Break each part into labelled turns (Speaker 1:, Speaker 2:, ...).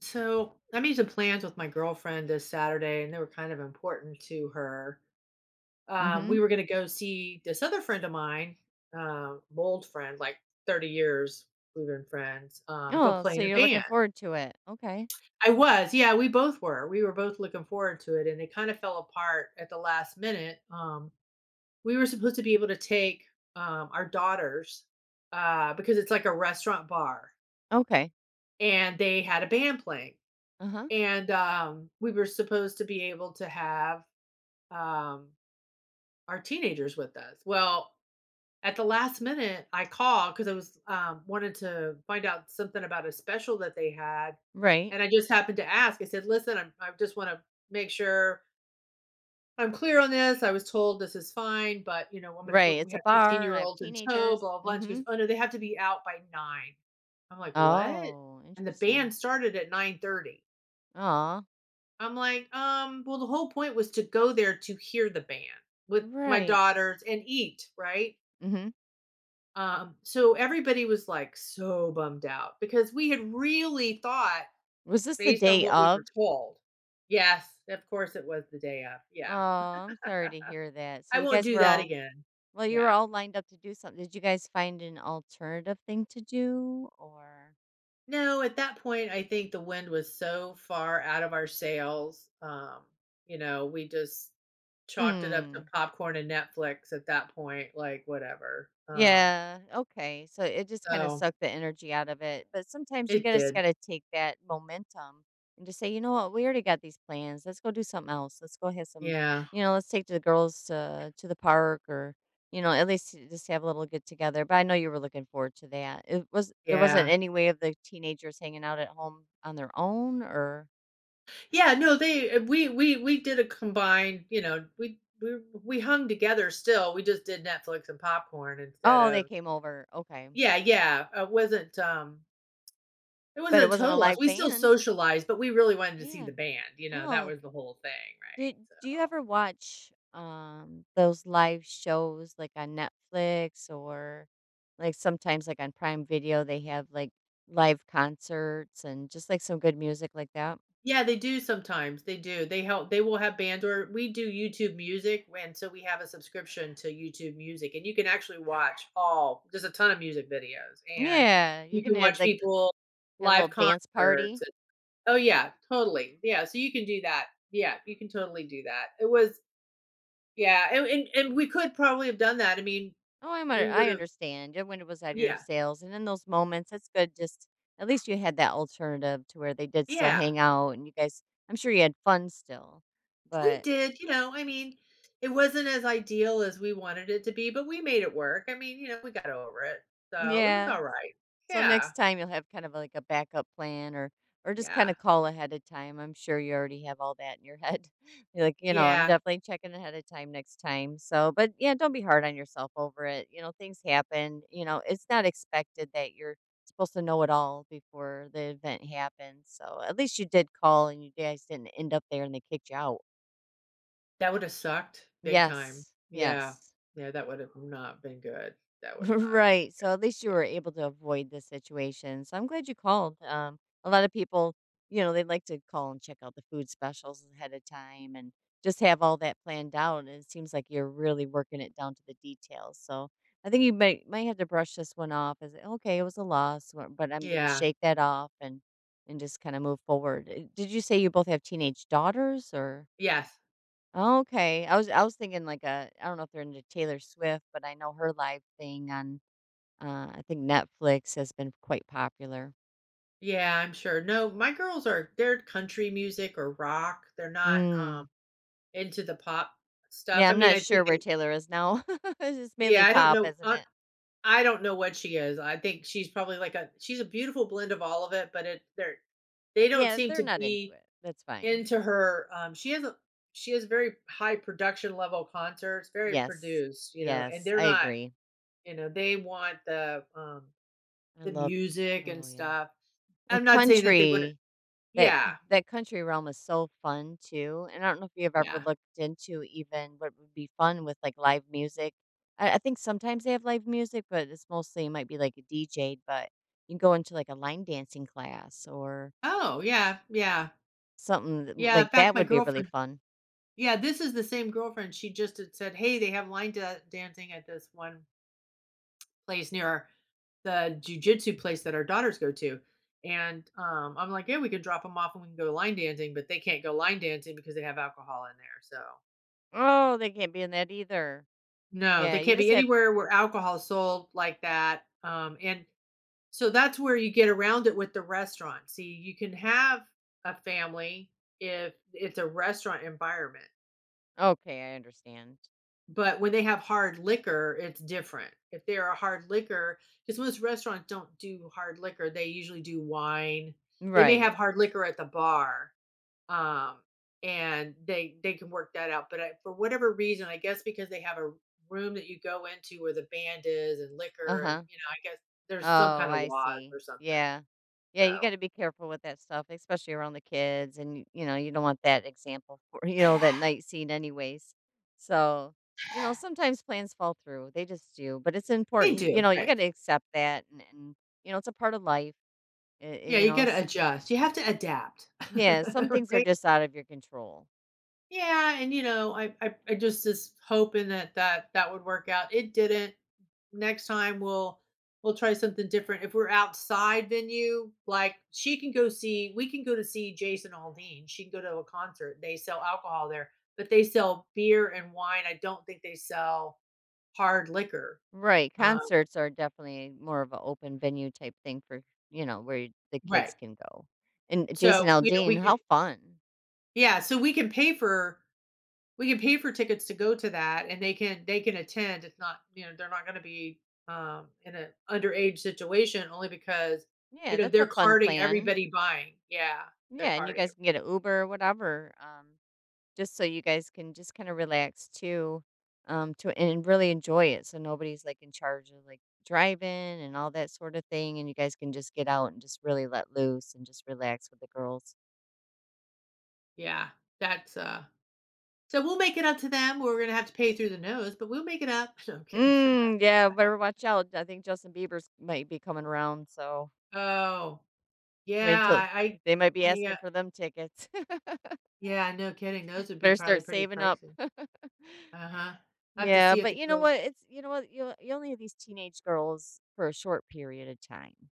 Speaker 1: So I made some plans with my girlfriend this Saturday, and they were kind of important to her. We
Speaker 2: Mhm.
Speaker 1: were going to go see this other friend of mine, old friend, like 30 years we've been friends, go
Speaker 2: Oh,
Speaker 1: play
Speaker 2: so
Speaker 1: in a
Speaker 2: you're
Speaker 1: band.
Speaker 2: looking forward to it. Okay.
Speaker 1: I was, yeah, we both were. We were both looking forward to it, and it kind of fell apart at the last minute. We were supposed to be able to take our daughters because it's like a restaurant bar,
Speaker 2: Okay.
Speaker 1: and they had a band playing
Speaker 2: Uh-huh.
Speaker 1: and we were supposed to be able to have um, our teenagers with us. Well, at the last minute, I called because I was wanted to find out something about a special that they had,
Speaker 2: Right.
Speaker 1: and I just happened to ask. I said, "Listen, I just want to make sure I'm clear on this. I was told this is fine, but I'm gonna,
Speaker 2: Right.
Speaker 1: we
Speaker 2: It's a
Speaker 1: have 15
Speaker 2: bar.
Speaker 1: year
Speaker 2: I have
Speaker 1: olds in tow,
Speaker 2: teenagers.
Speaker 1: blah blah." blah." And she goes,
Speaker 2: Mhm.
Speaker 1: "Oh no, they have to be out by nine." I'm like, "What?"
Speaker 2: Oh,
Speaker 1: And the band
Speaker 2: interesting.
Speaker 1: started at 9:30.
Speaker 2: Aw.
Speaker 1: I'm like, well, the whole point was to go there to hear the band with my
Speaker 2: Right.
Speaker 1: daughters and eat, right?
Speaker 2: Mhm.
Speaker 1: So everybody was like so bummed out because we had really thought,
Speaker 2: Was this the
Speaker 1: based on
Speaker 2: day
Speaker 1: what we were
Speaker 2: of?
Speaker 1: told. Yes, of course it was the day of.
Speaker 2: Oh,
Speaker 1: Yeah.
Speaker 2: I'm sorry to hear that. So
Speaker 1: I
Speaker 2: you
Speaker 1: won't
Speaker 2: guys
Speaker 1: do
Speaker 2: were
Speaker 1: that
Speaker 2: all
Speaker 1: again.
Speaker 2: well, you were
Speaker 1: Yeah.
Speaker 2: all lined up to do something. Did you guys find an alternative thing to do or?
Speaker 1: No, at that point, I think the wind was so far out of our sails. We just chalked it up to
Speaker 2: Mm.
Speaker 1: popcorn and Netflix at that point, like whatever.
Speaker 2: Yeah, okay, so it just kinda
Speaker 1: So,
Speaker 2: sucked the energy out of it, but sometimes you
Speaker 1: it
Speaker 2: gotta just
Speaker 1: did.
Speaker 2: gotta take that momentum and just say, "You know what? We already got these plans, let's go do something else, let's go have some",
Speaker 1: Yeah,
Speaker 2: "Let's take the girls to the park," or, at least to just have a little get together, but I know you were looking forward to that. It was there wasn't
Speaker 1: yeah.
Speaker 2: any way of the teenagers hanging out at home on their own, or
Speaker 1: Yeah, no, they we did a combined, you know, we hung together still, we just did Netflix and popcorn instead
Speaker 2: oh, they
Speaker 1: of.
Speaker 2: came over, okay,
Speaker 1: Yeah, yeah, it
Speaker 2: but
Speaker 1: wasn't
Speaker 2: it
Speaker 1: a
Speaker 2: wasn't a
Speaker 1: total loss,
Speaker 2: live
Speaker 1: we still
Speaker 2: band?
Speaker 1: socialized, but we really wanted to see the
Speaker 2: Yeah.
Speaker 1: band, you know, that
Speaker 2: Oh,
Speaker 1: was the whole thing, right?
Speaker 2: Do
Speaker 1: So
Speaker 2: do you ever watch, those live shows, like, on Netflix, or like, sometimes, like, on Prime Video, they have, like, live concerts and just, like, some good music like that?
Speaker 1: yeah, they do sometimes, they do. They will have bands or we do YouTube Music, and so we have a subscription to YouTube Music, and you can actually watch all there's a ton of music videos, and
Speaker 2: Yeah, you
Speaker 1: you
Speaker 2: can
Speaker 1: can
Speaker 2: have,
Speaker 1: watch
Speaker 2: like,
Speaker 1: people
Speaker 2: have a little
Speaker 1: live
Speaker 2: dance
Speaker 1: concerts
Speaker 2: party.
Speaker 1: and oh, yeah, totally. Yeah, so you can do that. Yeah, you can totally do that. It was yeah, and we could probably have done that. I mean,
Speaker 2: Oh,
Speaker 1: we would
Speaker 2: I
Speaker 1: have.
Speaker 2: understand. Your window was out of your
Speaker 1: Yeah,
Speaker 2: sales, and in those moments, it's good just at least you had that alternative to where they did still
Speaker 1: yeah.
Speaker 2: hang out and you guys I'm sure you had fun still,
Speaker 1: We
Speaker 2: but
Speaker 1: did, you know, I mean, it wasn't as ideal as we wanted it to be, but we made it work. I mean, you know, we got over it. So it was
Speaker 2: yeah.
Speaker 1: all right.
Speaker 2: So
Speaker 1: Yeah.
Speaker 2: next time you'll have kind of like a backup plan or just kind
Speaker 1: Yeah.
Speaker 2: of call ahead of time. I'm sure you already have all that in your head. You're like, you know, I'm
Speaker 1: Yeah.
Speaker 2: definitely checking ahead of time next time. So, but yeah, don't be hard on yourself over it. You know, things happen. You know, it's not expected that you're supposed to know it all before the event happens. So, at least you did call and you guys didn't end up there and they kicked you out.
Speaker 1: That would have sucked big time.
Speaker 2: Yes.
Speaker 1: Yeah.
Speaker 2: Yes.
Speaker 1: Yeah. That would have not been good. That would not have
Speaker 2: Right.
Speaker 1: been
Speaker 2: So
Speaker 1: good.
Speaker 2: at least you were able to avoid the situation. So I'm glad you called. A lot of people, you know, they like to call and check out the food specials ahead of time and just have all that planned out. And it seems like you're really working it down to the details. So I think you might have to brush this one off as okay, it was a loss, but I'm
Speaker 1: Yeah.
Speaker 2: going to
Speaker 1: Yeah.
Speaker 2: shake that off and just kind of move forward. Did you say you both have teenage daughters or?
Speaker 1: Yes.
Speaker 2: Okay, I was thinking like a I don't know if they're into Taylor Swift, but I know her live thing on I think Netflix has been quite popular.
Speaker 1: Yeah. I'm sure. No, my girls are, they're country music or rock. They're not
Speaker 2: Mm.
Speaker 1: into the pop stuff.
Speaker 2: Yeah,
Speaker 1: I
Speaker 2: I'm
Speaker 1: mean,
Speaker 2: not
Speaker 1: I
Speaker 2: sure
Speaker 1: think
Speaker 2: where
Speaker 1: they,
Speaker 2: Taylor is now. It's just mainly
Speaker 1: yeah, I don't
Speaker 2: pop,
Speaker 1: know.
Speaker 2: isn't it?
Speaker 1: I don't know what she is. I think she's probably like a she's a beautiful blend of all of it, but it they're they don't
Speaker 2: Yeah,
Speaker 1: seem
Speaker 2: they're
Speaker 1: to
Speaker 2: not into
Speaker 1: be
Speaker 2: it. That's fine.
Speaker 1: into her. She has a she has very high production level concerts, very
Speaker 2: Yes.
Speaker 1: produced, you know, and
Speaker 2: Yes,
Speaker 1: they're
Speaker 2: I
Speaker 1: not,
Speaker 2: agree.
Speaker 1: you know, they want
Speaker 2: I
Speaker 1: the
Speaker 2: love
Speaker 1: music and
Speaker 2: oh yeah.
Speaker 1: stuff.
Speaker 2: And
Speaker 1: I'm not saying that they wouldn't.
Speaker 2: country,
Speaker 1: Yeah,
Speaker 2: that country realm is so fun too. And I don't know if you've ever
Speaker 1: yeah.
Speaker 2: looked into even what would be fun with like live music. I think sometimes they have live music, but it's mostly might be like a DJ, but you can go into like a line dancing class or
Speaker 1: Oh, yeah, yeah,
Speaker 2: something that
Speaker 1: yeah. In
Speaker 2: like,
Speaker 1: fact,
Speaker 2: that
Speaker 1: my
Speaker 2: would be really
Speaker 1: girlfriend.
Speaker 2: fun.
Speaker 1: Yeah, this is the same girlfriend. She just had said, "Hey, they have dancing at this one place near the jujitsu place that our daughters go to. And, I'm like, "Yeah, we could drop them off and we can go line dancing," but they can't go line dancing because they have alcohol in there, so
Speaker 2: Oh, they can't be in that either.
Speaker 1: no,
Speaker 2: Yeah,
Speaker 1: they
Speaker 2: you
Speaker 1: can't be
Speaker 2: just had
Speaker 1: anywhere where alcohol is sold like that, and so that's where you get around it with the restaurant. See, you can have a family if it's a restaurant environment.
Speaker 2: okay, I understand.
Speaker 1: But when they have hard liquor, it's different. If they're a hard liquor, because most restaurants don't do hard liquor, they usually do wine. They may
Speaker 2: Right.
Speaker 1: have hard liquor at the bar, um, and they can work that out, but I for whatever reason, I guess because they have a room that you go into where the band is and liquor and,
Speaker 2: Uh-huh.
Speaker 1: you know, I guess there's some
Speaker 2: Oh,
Speaker 1: kind of
Speaker 2: I
Speaker 1: laws
Speaker 2: see.
Speaker 1: or something,
Speaker 2: Yeah. Yeah, you
Speaker 1: so
Speaker 2: gotta be careful with that stuff, especially around the kids, and y you know, you don't want that example for you know, that night scene anyways. So, you know, sometimes plans fall through, they just do, but it's
Speaker 1: they
Speaker 2: important you
Speaker 1: do,
Speaker 2: know, you
Speaker 1: right.
Speaker 2: gotta accept that, and you know, it's a part of life,
Speaker 1: Yeah,
Speaker 2: you
Speaker 1: you
Speaker 2: know,
Speaker 1: gotta
Speaker 2: s
Speaker 1: adjust. You have to adapt,
Speaker 2: yeah, some things are
Speaker 1: right?
Speaker 2: just out of your control.
Speaker 1: Yeah, and you know, I just is hoping that that would work out. It didn't. Next time we'll try something different. If we're outside venue, like she can go see, we can go to see Jason Aldean. She can go to a concert. They sell alcohol there, but they sell beer and wine. I don't think they sell hard liquor.
Speaker 2: Right,
Speaker 1: Um,
Speaker 2: concerts are definitely more of an open venue type thing for, you know, where the
Speaker 1: right.
Speaker 2: kids can go. And Jason
Speaker 1: So you know, we
Speaker 2: Aldean,
Speaker 1: could
Speaker 2: how fun.
Speaker 1: yeah. So we can pay for we can pay for tickets to go to that and they can attend. It's not, you know, they're not gonna be in an underage situation only because, you
Speaker 2: Yeah,
Speaker 1: know,
Speaker 2: that's
Speaker 1: they're
Speaker 2: a fun
Speaker 1: carding
Speaker 2: plan.
Speaker 1: everybody buying. Yeah. They're
Speaker 2: Yeah, and you
Speaker 1: carding
Speaker 2: guys
Speaker 1: every
Speaker 2: can get an Uber or whatever, just so you guys can just kinda relax too, to and really enjoy it so nobody's, like, in charge of, like, driving and all that sort of thing, and you guys can just get out and just really let loose and just relax with the girls.
Speaker 1: yeah. That's so we'll make it up to them. We're gonna have to pay through the nose, but we'll make it up. No, I'm kidding.
Speaker 2: Mm, yeah, better watch out. I think Justin Bieber's might be coming around, so
Speaker 1: Oh, yeah.
Speaker 2: wait till they might be
Speaker 1: I
Speaker 2: asking
Speaker 1: yeah,
Speaker 2: for them tickets.
Speaker 1: yeah, no kidding. Those would be
Speaker 2: Better
Speaker 1: probably
Speaker 2: start
Speaker 1: pretty
Speaker 2: saving up.
Speaker 1: pricey. Uh-huh. I have to
Speaker 2: Yeah,
Speaker 1: see if
Speaker 2: but
Speaker 1: the
Speaker 2: you know
Speaker 1: girls
Speaker 2: what? It's You know what? You only have these teenage girls for a short period of time.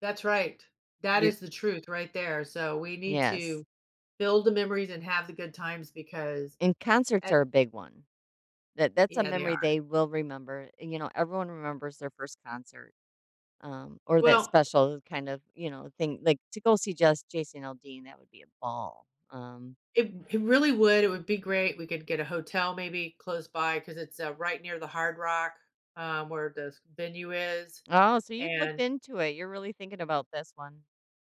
Speaker 1: that's right. That
Speaker 2: You
Speaker 1: is the truth right there. So we need to
Speaker 2: Yes,
Speaker 1: build the memories and have the good times because
Speaker 2: and concerts
Speaker 1: at
Speaker 2: are a big one. That's a
Speaker 1: yeah, they
Speaker 2: memory
Speaker 1: are.
Speaker 2: they will remember. You know, everyone remembers their first concert, or that
Speaker 1: Well,
Speaker 2: special kind of you know thing. Like to go see just Jason Aldean, that would be a ball.
Speaker 1: it really would, it would be great, we could get a hotel maybe close by because it's, right near the Hard Rock, where the venue is,
Speaker 2: Oh, so you've looked
Speaker 1: and
Speaker 2: into it. You're really thinking about this one.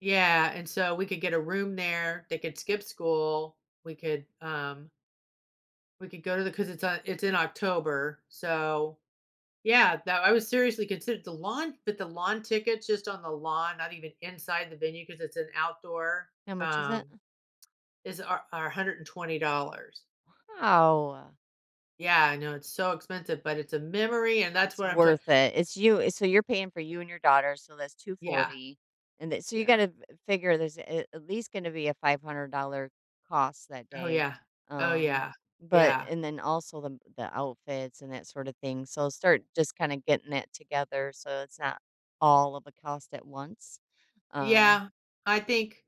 Speaker 1: yeah, and so we could get a room there, they could skip school, we could, um, we could go to the because it's in October, so yeah, that I was seriously considered the lawn but the lawn tickets just on the lawn, not even inside the venue because it's an outdoor,
Speaker 2: How much is it?
Speaker 1: um is our $120.
Speaker 2: Wow.
Speaker 1: Yeah, I know it's so expensive, but it's a memory, and that's
Speaker 2: It's
Speaker 1: what I'm trying.
Speaker 2: worth it. So you're paying for you and your daughter, so that's
Speaker 1: Yeah,
Speaker 2: 240. And that, so you
Speaker 1: yeah.
Speaker 2: gotta figure at least gonna be a $500 cost that
Speaker 1: Oh,
Speaker 2: day.
Speaker 1: yeah. Oh,
Speaker 2: Um,
Speaker 1: yeah.
Speaker 2: but
Speaker 1: Yeah.
Speaker 2: and then also the outfits and that sort of thing. So start just kind of getting that together so it's not all of a cost at once. Um,
Speaker 1: Yeah. I think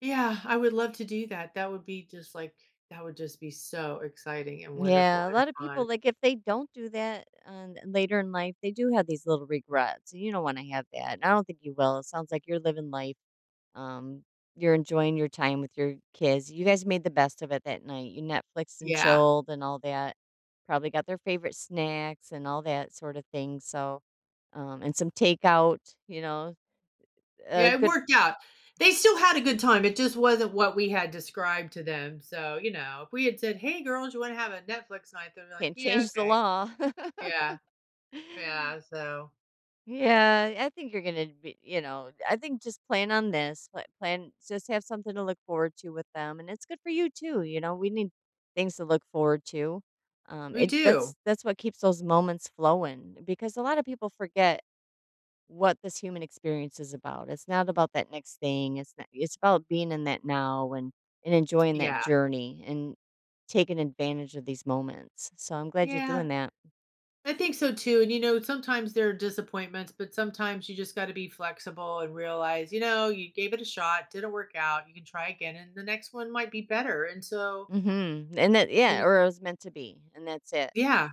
Speaker 1: yeah, I would love to do that. That would be just, like that would just be so exciting and wonderful
Speaker 2: Yeah, a
Speaker 1: and
Speaker 2: lot of
Speaker 1: fun.
Speaker 2: people like if they don't do that later in life, they do have these little regrets. And You don't want to have that. And I don't think you will. It sounds like you're living life. Um, you're enjoying your time with your kids. You guys made the best of it that night. You Netflix and
Speaker 1: Yeah.
Speaker 2: chilled and all that. Probably got their favorite snacks and all that sort of thing. So, and some takeout. You know,
Speaker 1: Yeah, it
Speaker 2: good
Speaker 1: worked out. They still had a good time, it just wasn't what we had described to them, so, you know, if we had said, "Hey, girls, you wanna have a Netflix night?" They'd be like,
Speaker 2: can't
Speaker 1: "Yeah,
Speaker 2: change the
Speaker 1: okay."
Speaker 2: law.
Speaker 1: Yeah, yeah, so
Speaker 2: Yeah, I think you're gonna be, you know, I think just plan on this. Plan, just have something to look forward to with them, and it's good for you too. You know, we need things to look forward to.
Speaker 1: we
Speaker 2: It
Speaker 1: do.
Speaker 2: that's what keeps those moments flowing because a lot of people forget what this human experience is about. It's not about that next thing. It's not. It's about being in that now and enjoying that
Speaker 1: Yeah.
Speaker 2: journey and taking advantage of these moments. So I'm glad you're
Speaker 1: Yeah.
Speaker 2: doing that.
Speaker 1: I think so too. And you know, sometimes there are disappointments, but sometimes you just got to be flexible and realize, you know, you gave it a shot, didn't work out, you can try again and the next one might be better. And so
Speaker 2: Mm-hmm. And that, yeah,
Speaker 1: you
Speaker 2: or it was meant to be, and that's it.
Speaker 1: yeah.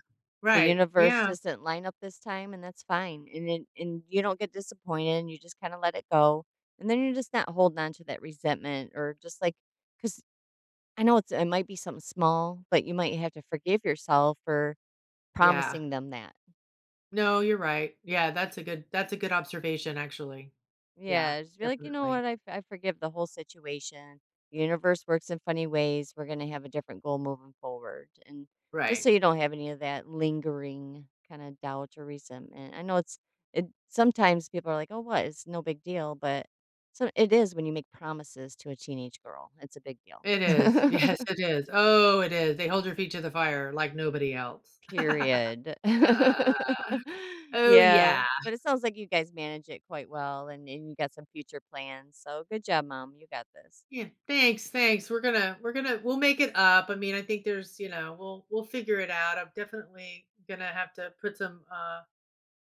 Speaker 2: The
Speaker 1: Right.
Speaker 2: universe
Speaker 1: Yeah.
Speaker 2: just didn't line up this time, and that's fine, and you don't get disappointed, and you just kinda let it go, and then you're just not holding on to that resentment or just, like, because I know it's it might be something small, but you might have to forgive yourself for
Speaker 1: Yeah.
Speaker 2: promising them that.
Speaker 1: No, you're right. Yeah, that's a good observation actually. Yeah,
Speaker 2: Yeah, just be like, "You know
Speaker 1: definitely.
Speaker 2: what? I forgive the whole situation. The universe works in funny ways. We're gonna have a different goal moving forward." And just so
Speaker 1: Right.
Speaker 2: you don't have any of that lingering kinda doubt or resentment. I know it's it sometimes people are like, "Oh, what? It's no big deal," but so it is when you make promises to a teenage girl. It's a big deal.
Speaker 1: It is. Yes, it is. Oh, it is. They hold your feet to the fire like nobody else.
Speaker 2: Period.
Speaker 1: Uh, oh
Speaker 2: Yeah,
Speaker 1: yeah.
Speaker 2: but it sounds like you guys manage it quite well, and you got some future plans, so good job, mom. You got this.
Speaker 1: Yeah, thanks. We're gonna we'll make it up. I mean, I think there's, you know, we'll figure it out. I'm definitely gonna have to put some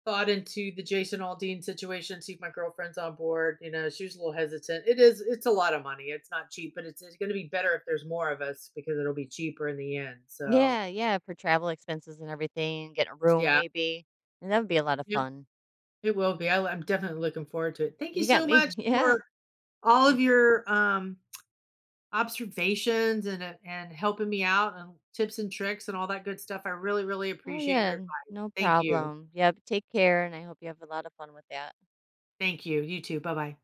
Speaker 1: thought into the Jason Aldean situation, see if my girlfriend's on board. You know, she was a little hesitant. It's a lot of money. It's not cheap, but it's gonna be better if there's more of us because it'll be cheaper in the end. So
Speaker 2: Yeah, yeah, for travel expenses and everything, get a room
Speaker 1: yeah,
Speaker 2: maybe, and that would be a lot of
Speaker 1: yep,
Speaker 2: fun.
Speaker 1: it will be. I'm definitely looking forward to it. Thank you
Speaker 2: You got
Speaker 1: so much
Speaker 2: me. Yeah.
Speaker 1: for all of
Speaker 2: You,
Speaker 1: your observations and helping me out and tips and tricks and all that good stuff. I really, really
Speaker 2: oh,
Speaker 1: appreciate your
Speaker 2: yeah,
Speaker 1: advice.
Speaker 2: no
Speaker 1: Thank you.
Speaker 2: problem. Yep, take care, and I hope you have a lot of fun with that.
Speaker 1: Thank you. You too. Bye bye.